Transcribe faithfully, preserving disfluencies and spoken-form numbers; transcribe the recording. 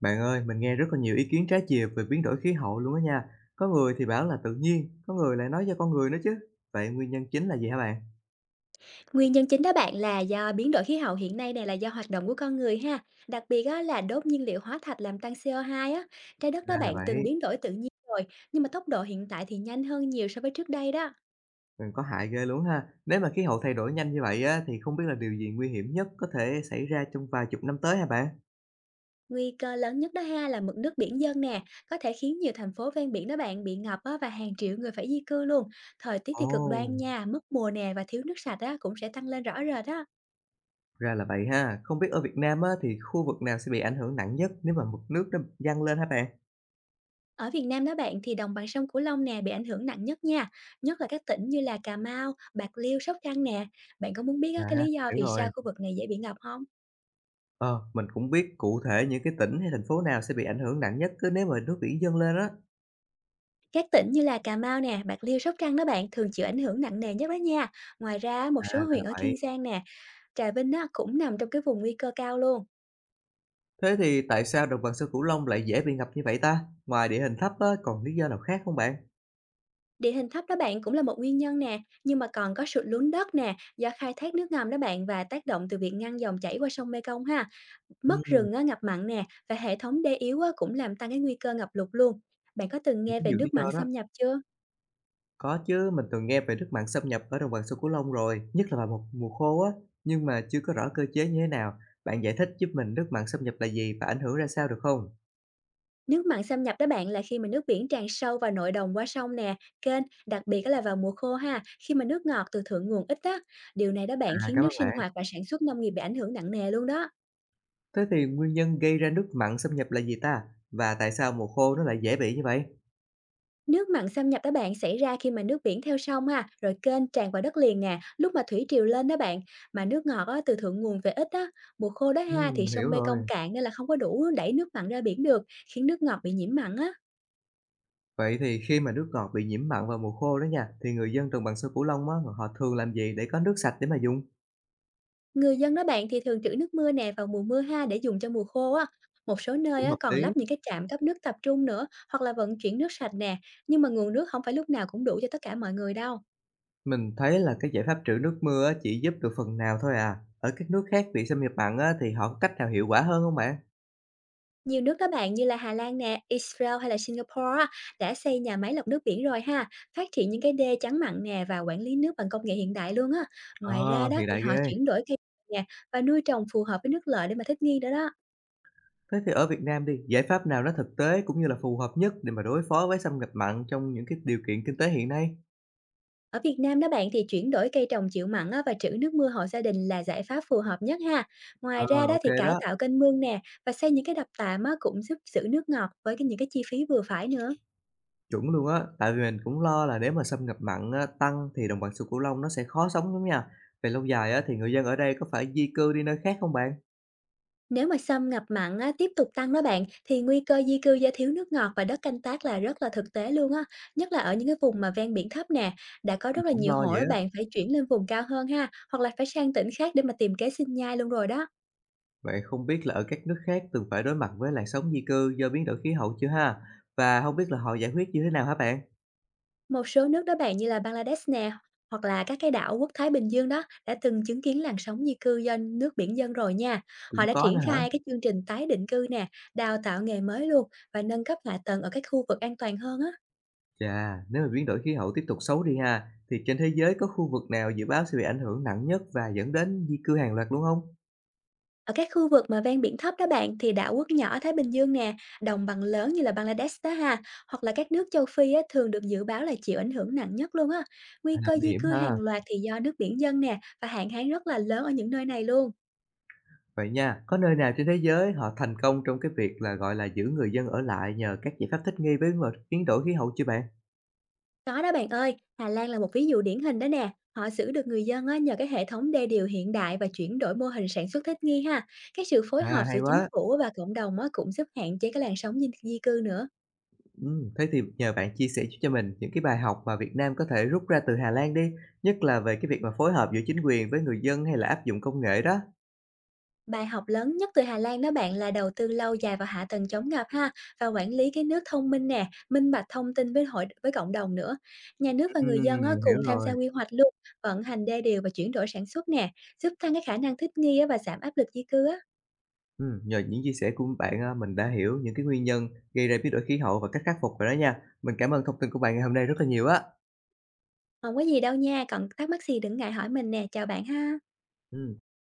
Bạn ơi, mình nghe rất là nhiều ý kiến trái chiều về biến đổi khí hậu luôn đó nha. Có người thì bảo là tự nhiên, có người lại nói do con người nữa chứ. Vậy nguyên nhân chính là gì hả bạn? Nguyên nhân chính đó bạn là do biến đổi khí hậu hiện nay này là do hoạt động của con người ha. Đặc biệt á, là đốt nhiên liệu hóa thạch làm tăng xê o hai á. Trái đất đó Ra là bạn từng vậy, biến đổi tự nhiên rồi, nhưng mà tốc độ hiện tại thì nhanh hơn nhiều so với trước đây đó. mình có hại ghê luôn ha. Nếu mà khí hậu thay đổi nhanh như vậy á, thì không biết là điều gì nguy hiểm nhất có thể xảy ra trong vài chục năm tới hả bạn? Nguy cơ lớn nhất đó ha là mực nước biển dâng nè, có thể khiến nhiều thành phố ven biển đó bạn bị ngập á, và hàng triệu người phải di cư luôn. Thời tiết thì cực đoan Ồ, nha, mất mùa nè và thiếu nước sạch á, cũng sẽ tăng lên rõ rệt đó. ra là vậy ha. Không biết ở Việt Nam á, thì khu vực nào sẽ bị ảnh hưởng nặng nhất nếu mà mực nước nó dâng lên hả bạn? Ở Việt Nam đó bạn thì đồng bằng sông Cửu Long nè bị ảnh hưởng nặng nhất nha, nhất là các tỉnh như là Cà Mau, Bạc Liêu, Sóc Trăng nè. Bạn có muốn biết À, á, cái lý do hiểu vì sao rồi. khu vực này dễ bị ngập không? Ờ, mình cũng biết cụ thể những cái tỉnh hay thành phố nào sẽ bị ảnh hưởng nặng nhất cứ nếu mà nước biển dâng lên á. Các tỉnh như là Cà Mau nè, Bạc Liêu, Sóc Trăng đó bạn thường chịu ảnh hưởng nặng nề nhất đó nha. Ngoài ra, một À, số ra huyện là ở Kiên vậy. Giang nè, Trà Vinh á, cũng nằm trong cái vùng nguy cơ cao luôn. Thế thì tại sao đồng bằng sông Cửu Long lại dễ bị ngập như vậy ta? Ngoài địa hình thấp á, còn lý do nào khác không bạn? Địa hình thấp đó bạn cũng là một nguyên nhân nè, nhưng mà còn có sụt lún đất nè, do khai thác nước ngầm đó bạn và tác động từ việc ngăn dòng chảy qua sông Mekong ha. Mất Ừm, rừng á, ngập mặn nè và hệ thống đê yếu á, cũng làm tăng cái nguy cơ ngập lụt luôn. Bạn có từng cũng nghe có về nhiều lý nước do mặn đó. xâm nhập chưa? Có chứ, mình từng nghe về nước mặn xâm nhập ở đồng bằng sông Cửu Long rồi, nhất là vào một mùa khô á, nhưng mà chưa có rõ cơ chế như thế nào. Bạn giải thích giúp mình nước mặn xâm nhập là gì và ảnh hưởng ra sao được không? Nước mặn xâm nhập đó bạn là khi mà nước biển tràn sâu vào nội đồng qua sông nè, kênh, đặc biệt á là vào mùa khô ha, khi mà nước ngọt từ thượng nguồn ít á. Điều này đó À, bạn khiến cảm nước ơn sinh bạn. hoạt và sản xuất nông nghiệp bị ảnh hưởng nặng nề luôn đó. Thế thì nguyên nhân gây ra nước mặn xâm nhập là gì ta? Và tại sao mùa khô nó lại dễ bị như vậy? Nước mặn xâm nhập đó bạn xảy ra khi mà nước biển theo sông ha, rồi kênh tràn vào đất liền nè, lúc mà thủy triều lên đó bạn, mà nước ngọt á, từ thượng nguồn về ít á, mùa khô đó ha Ừm, thì mình hiểu sông Mekong rồi. cạn nên là không có đủ đẩy nước mặn ra biển được, khiến nước ngọt bị nhiễm mặn á. Vậy thì khi mà nước ngọt bị nhiễm mặn vào mùa khô đó nha, thì người dân đồng bằng sông Cửu Long á, họ thường làm gì để có nước sạch để mà dùng? Người dân đó bạn thì thường trữ nước mưa nè vào mùa mưa ha để dùng cho mùa khô á. Một số nơi Cũng á, hợp còn lý. lắp những cái trạm cấp nước tập trung nữa, hoặc là vận chuyển nước sạch nè, nhưng mà nguồn nước không phải lúc nào cũng đủ cho tất cả mọi người đâu. Mình thấy là cái giải pháp trữ nước mưa á, chỉ giúp được phần nào thôi à. Ở các nước khác bị xâm nhập mặn á, thì họ có cách nào hiệu quả hơn không bạn? Nhiều nước đó bạn như là Hà Lan nè, Israel hay là Singapore á, đã xây nhà máy lọc nước biển rồi ha, phát triển những cái đê chắn mặn nè và quản lý nước bằng công nghệ hiện đại luôn á. Ờ, Ngoài ra đó hiện thì đại họ ghê. chuyển đổi cây nè và nuôi trồng phù hợp với nước lợ để mà thích nghi đó đó. Thế thì ở Việt Nam đi, giải pháp nào nó thực tế cũng như là phù hợp nhất để mà đối phó với xâm nhập mặn trong những cái điều kiện kinh tế hiện nay? Ở Việt Nam đó bạn thì chuyển đổi cây trồng chịu mặn á, và trữ nước mưa hộ gia đình là giải pháp phù hợp nhất ha. Ngoài Ờ, ra đó ok thì cải đó. tạo kênh mương nè và xây những cái đập tạm á, cũng giúp giữ nước ngọt với cái- những cái chi phí vừa phải nữa. Chuẩn luôn á, tại vì mình cũng lo là nếu mà xâm nhập mặn á, tăng thì đồng bằng sông Cửu Long nó sẽ khó sống lắm nha. Về lâu dài á, thì người dân ở đây có phải di cư đi nơi khác không bạn? Nếu mà xâm ngập mặn á, tiếp tục tăng đó bạn thì nguy cơ di cư do thiếu nước ngọt và đất canh tác là rất là thực tế luôn á, nhất là ở những cái vùng mà ven biển thấp nè, đã có Mình rất là cũng nhiều lo hộ vậy đó á. bạn phải chuyển lên vùng cao hơn ha, hoặc là phải sang tỉnh khác để mà tìm kế sinh nhai luôn rồi đó. Vậy không biết là ở các nước khác từng phải đối mặt với làn sóng di cư do biến đổi khí hậu chưa ha? Và không biết là họ giải quyết như thế nào hả bạn? Một số nước đó bạn như là Bangladesh nè, hoặc là các cái đảo quốc Thái Bình Dương đó đã từng chứng kiến làn sóng di cư do nước biển dân rồi nha. Họ Cũng đã có triển nữa hả? khai cái chương trình tái định cư nè, đào tạo nghề mới luôn và nâng cấp hạ tầng ở các khu vực an toàn hơn á. Chà, nếu mà biến đổi khí hậu tiếp tục xấu đi ha, thì trên thế giới có khu vực nào dự báo sẽ bị ảnh hưởng nặng nhất và dẫn đến di cư hàng loạt luôn không? Ở các khu vực mà ven biển thấp đó bạn thì đảo quốc nhỏ Thái Bình Dương nè, đồng bằng lớn như là Bangladesh đó ha, hoặc là các nước châu Phi á, thường được dự báo là chịu ảnh hưởng nặng nhất luôn á. Nguy À, cơ nguy di hiểm cư ha. hàng loạt thì do nước biển dân nè và hạn hán rất là lớn ở những nơi này luôn. Vậy nha, có nơi nào trên thế giới họ thành công trong cái việc là, gọi là, giữ người dân ở lại nhờ các giải pháp thích nghi với mà biến đổi khí hậu chưa bạn? Có đó bạn ơi, Hà Lan là một ví dụ điển hình đó nè. Họ giữ được người dân á, nhờ cái hệ thống đê điều hiện đại và chuyển đổi mô hình sản xuất thích nghi ha. Cái sự phối hợp À, giữa hay chính quá! phủ và cộng đồng á, cũng giúp hạn chế cái làn sóng di di cư nữa. Ừm, thế thì nhờ bạn chia sẻ giúp cho mình những cái bài học mà Việt Nam có thể rút ra từ Hà Lan đi, nhất là về cái việc mà phối hợp giữa chính quyền với người dân hay là áp dụng công nghệ đó. Bài học lớn nhất từ Hà Lan đó bạn là đầu tư lâu dài vào hạ tầng chống ngập ha và quản lý cái nước thông minh nè, minh bạch thông tin với hội với cộng đồng nữa. Nhà nước và người dân Ừm, á, hiểu cùng tham gia rồi. quy hoạch luôn, vận hành đê điều và chuyển đổi sản xuất nè, giúp tăng cái khả năng thích nghi á, và giảm áp lực di cư á. Ừm, nhờ những chia sẻ của bạn á, mình đã hiểu những cái nguyên nhân gây ra biến đổi khí hậu và cách khắc phục rồi đó nha. Mình cảm ơn thông tin của bạn ngày hôm nay rất là nhiều á. Không có gì đâu nha, còn thắc mắc gì đừng ngại hỏi mình nè, chào bạn ha. Ừm.